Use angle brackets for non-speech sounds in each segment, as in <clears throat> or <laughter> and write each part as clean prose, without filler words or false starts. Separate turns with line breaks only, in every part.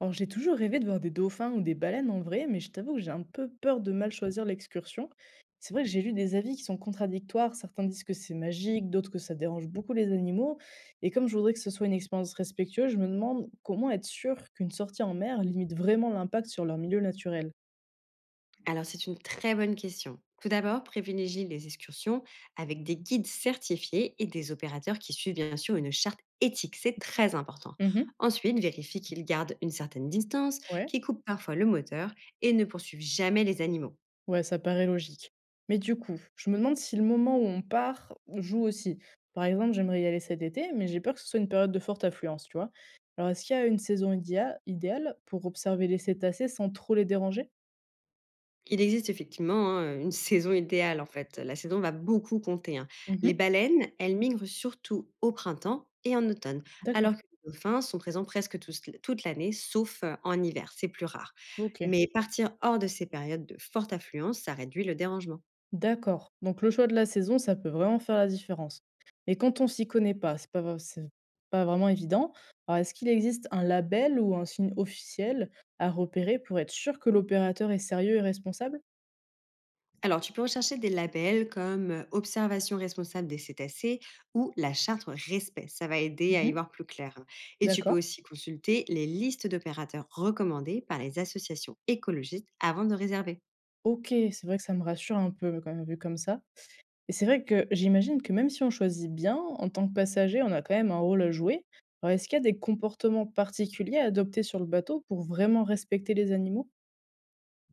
Alors j'ai toujours rêvé de voir des dauphins ou des baleines en vrai, mais je t'avoue que j'ai un peu peur de mal choisir l'excursion. C'est vrai que j'ai lu des avis qui sont contradictoires, certains disent que c'est magique, d'autres que ça dérange beaucoup les animaux, et comme je voudrais que ce soit une expérience respectueuse, je me demande comment être sûr qu'une sortie en mer limite vraiment l'impact sur leur milieu naturel.
Alors, c'est une très bonne question. Tout d'abord, privilégie les excursions avec des guides certifiés et des opérateurs qui suivent bien sûr une charte éthique. C'est très important.
Mhm.
Ensuite, vérifie qu'ils gardent une certaine distance,
Ouais.
qu'ils coupent parfois le moteur et ne poursuivent jamais les animaux.
Ouais, ça paraît logique. Mais du coup, je me demande si le moment où on part joue aussi. Par exemple, j'aimerais y aller cet été, mais j'ai peur que ce soit une période de forte affluence, tu vois. Alors, est-ce qu'il y a une saison idéale pour observer les cétacés sans trop les déranger?
Il existe effectivement hein, une saison idéale en fait. La saison va beaucoup compter, hein. Les
Mhm.
baleines, elles migrent surtout au printemps et en automne, alors que
D'accord.
les dauphins sont présents presque toute l'année, sauf en hiver, c'est plus rare.
Ok.
Mais partir hors de ces périodes de forte affluence, ça réduit le dérangement.
D'accord. Donc, le choix de la saison, ça peut vraiment faire la différence. Mais quand on s'y connaît pas, c'est pas vraiment évident. Alors, est-ce qu'il existe un label ou un signe officiel à repérer pour être sûr que l'opérateur est sérieux et responsable?
Alors, tu peux rechercher des labels comme Observation responsable des cétacés ou la charte Respect. Ça va aider à
Mhm.
y voir plus clair, hein. Et tu peux
D'accord.
aussi consulter les listes d'opérateurs recommandés par les associations écologistes avant de réserver.
OK, c'est vrai que ça me rassure un peu quand même vu comme ça et c'est vrai que j'imagine que même si on choisit bien, en tant que passager, on a quand même un rôle à jouer. Alors est-ce qu'il y a des comportements particuliers à adopter sur le bateau pour vraiment respecter les animaux?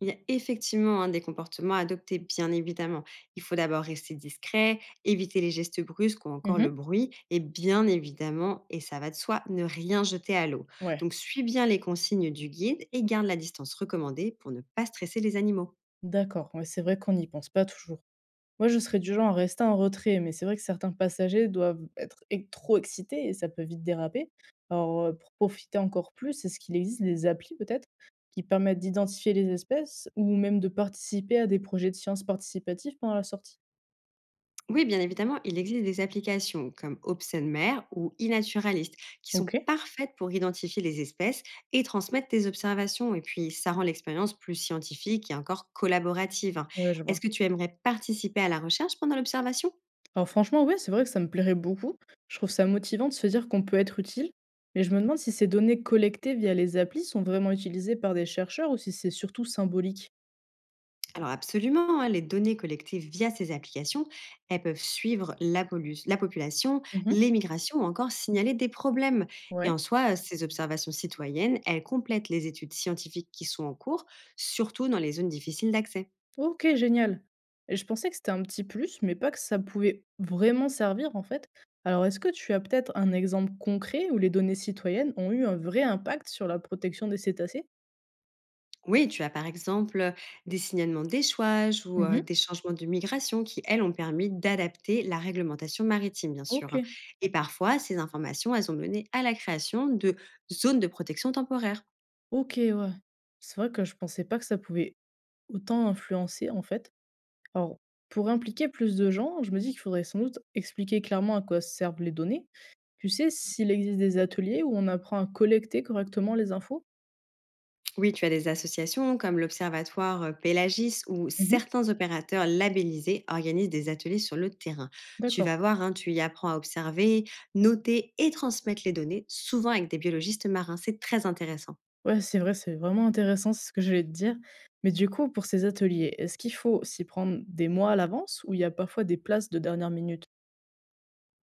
Il y a effectivement hein, des comportements adoptés, bien évidemment. Il faut d'abord rester discret, éviter les gestes brusques ou encore le
Mhm.
bruit, et bien évidemment, et ça va de soi, ne rien jeter à l'eau.
Ouais,
Donc suis bien les consignes du guide et garde la distance recommandée pour ne pas stresser les animaux.
d'accord, ouais, c'est vrai qu'on n'y pense pas toujours. Moi, je serais du genre à rester en retrait, mais c'est vrai que certains passagers doivent être trop excités et ça peut vite déraper. Alors, pour profiter encore plus, est-ce qu'il existe des applis peut-être qui permettent d'identifier les espèces ou même de participer à des projets de sciences participatives pendant la sortie?
Oui, bien évidemment, il existe des applications comme ObsEnMer ou iNaturalist qui sont
Ok,
parfaites pour identifier les espèces et transmettre tes observations. Et puis, ça rend l'expérience plus scientifique et encore collaborative, hein.
ouais, je
Est-ce
vois.
que tu aimerais participer à la recherche pendant l'observation?
Alors franchement, ouais, c'est vrai que ça me plairait beaucoup. Je trouve ça motivant de se dire qu'on peut être utile, mais je me demande si ces données collectées via les applis sont vraiment utilisées par des chercheurs ou si c'est surtout symbolique.
Alors absolument, hein, les données collectives via ces applications, elles peuvent suivre la population,
Mhm,
les migrations ou encore signaler des problèmes. Et
ouais.
en soi, ces observations citoyennes, elles complètent les études scientifiques qui sont en cours, surtout dans les zones difficiles d'accès.
OK, génial. Et je pensais que c'était un petit plus, mais pas que ça pouvait vraiment servir en fait. Alors est-ce que tu as peut-être un exemple concret où les données citoyennes ont eu un vrai impact sur la protection des cétacés?
Oui, tu as par exemple des signalements d'échouage ou
Mhm.
des changements de migration qui, elles, ont permis d'adapter la réglementation maritime, bien sûr, hein.
OK,
Et parfois, ces informations, elles ont mené à la création de zones de protection temporaire.
OK, ouais. C'est vrai que je pensais pas que ça pouvait autant influencer en fait. Alors, pour impliquer plus de gens, je me dis qu'il faudrait sans doute expliquer clairement à quoi servent les données. Tu sais s'il existe des ateliers où on apprend à collecter correctement les infos?
Oui, tu as des associations comme l'Observatoire Pélagis où
Mhm.
certains opérateurs labellisés organisent des ateliers sur le terrain. Tu
D'accord.
vas voir, hein, tu y apprends à observer, noter et transmettre les données, souvent avec des biologistes marins. C'est très intéressant.
Ouais, c'est vrai, c'est vraiment intéressant, c'est ce que j'allais te dire. Mais du coup, pour ces ateliers, est-ce qu'il faut s'y prendre des mois à l'avance ou il y a parfois des places de dernière minute?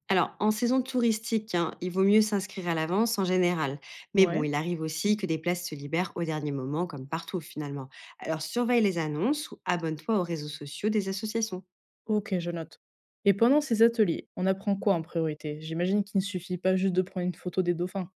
Alors, en saison touristique, hein, il vaut mieux s'inscrire à l'avance en général. Mais bon,
Ouais,
il arrive aussi que des places se libèrent au dernier moment, comme partout finalement. Alors, surveille les annonces ou abonne-toi aux réseaux sociaux des associations.
ok, je note. Et pendant ces ateliers, on apprend quoi en priorité? J'imagine qu'il ne suffit pas juste de prendre une photo des dauphins.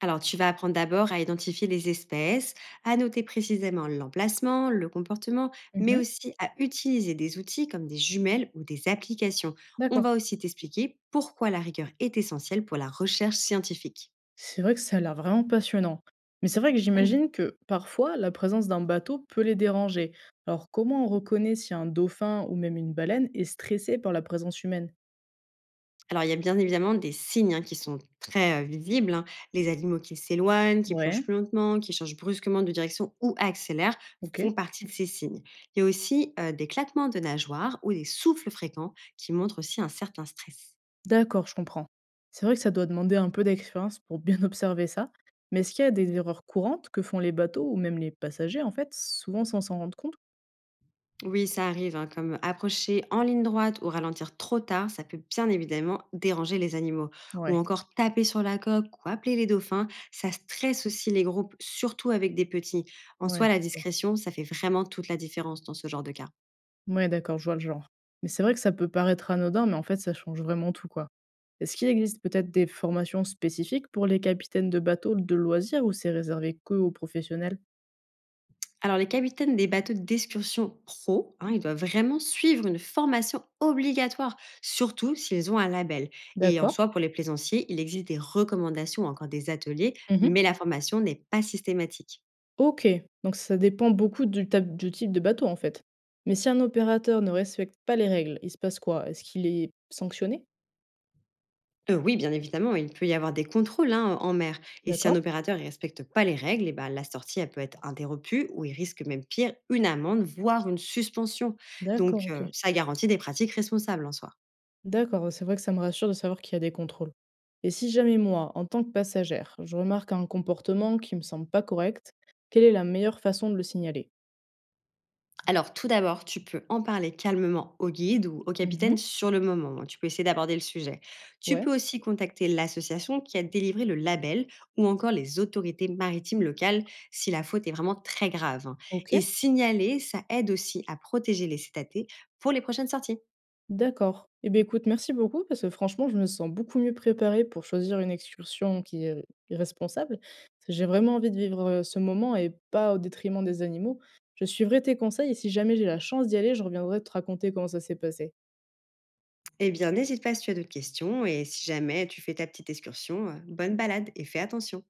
Alors, tu vas apprendre d'abord à identifier les espèces, à noter précisément l'emplacement, le comportement, mais
Mhm,
aussi à utiliser des outils comme des jumelles ou des applications. On
d'accord.
va aussi t'expliquer pourquoi la rigueur est essentielle pour la recherche scientifique.
C'est vrai que ça a l'air vraiment passionnant. Mais c'est vrai que j'imagine
<clears throat>
que parfois, la présence d'un bateau peut les déranger. Alors, comment on reconnaît si un dauphin ou même une baleine est stressé par la présence humaine?
Alors, il y a bien évidemment des signes hein, qui sont très visibles, hein. Les animaux qui s'éloignent, qui plongent
Ouais,
plus lentement, qui changent brusquement de direction ou accélèrent font
ok.
partie de ces signes. Il y a aussi des claquements de nageoires ou des souffles fréquents qui montrent aussi un certain stress.
D'accord, je comprends. C'est vrai que ça doit demander un peu d'expérience pour bien <laughs> observer ça, mais est-ce qu'il y a des erreurs courantes que font les bateaux ou même les passagers, en fait, souvent sans s'en rendre compte?
Oui, ça arrive, hein, comme approcher en ligne droite ou ralentir trop tard, ça peut bien évidemment déranger les animaux. Ou
Ouais,
encore taper sur la coque ou appeler les dauphins, ça stresse aussi les groupes, surtout avec des petits. En soi,
ouais, je
la
vois.
discrétion, ça fait vraiment toute la différence dans ce genre de cas.
Ouais, d'accord, je vois le genre. Mais c'est vrai que ça peut paraître anodin, mais en fait, ça change vraiment tout, quoi. Est-ce qu'il existe peut-être des formations spécifiques pour les capitaines de bateaux de loisirs ou c'est réservé que aux professionnels?
Alors les capitaines des bateaux d'excursion pro, hein, ils doivent vraiment suivre une formation obligatoire, surtout s'ils ont un label. Et en
D'accord.
soi, pour les plaisanciers, il existe des recommandations, ou encore des ateliers, mais la formation n'est pas systématique.
OK, donc ça dépend beaucoup du type de bateau, en fait. Mais si un opérateur ne respecte pas les règles, il se passe quoi? Est-ce qu'il est sanctionné?
Oui, bien évidemment, il peut y avoir des contrôles, hein, en mer. Et si un
D'accord?
opérateur ne respecte pas les règles, et ben, la sortie, elle peut être interrompue ou il risque même pire, une amende, voire une suspension.
D'accord,
Donc
OK.
ça garantit des pratiques responsables en soi.
D'accord, c'est vrai que ça me rassure de savoir qu'il y a des contrôles. Et si jamais moi, en tant que passagère, je remarque un comportement qui me semble pas correct, quelle est la meilleure façon de le signaler?
Alors, tout d'abord, tu peux en parler calmement au guide ou au capitaine
Mmh.
sur le moment, hein. Tu peux essayer d'aborder le sujet. Tu
Ouais,
peux aussi contacter l'association qui a délivré le label ou encore les autorités maritimes locales si la faute est vraiment très grave, hein. Et
OK.
signaler, ça aide aussi à protéger les cétacés pour les prochaines sorties.
D'accord. Eh beh, écoute, merci beaucoup parce que franchement, je me sens beaucoup mieux préparée pour choisir une excursion qui est responsable. J'ai vraiment envie de vivre, ce moment et pas au détriment des animaux. Je suivrai tes conseils et si jamais j'ai la chance d'y aller, je reviendrai te raconter comment ça s'est passé.
Eh bien, n'hésite pas si tu as d'autres questions et si jamais tu fais ta petite excursion, bonne balade et fais attention.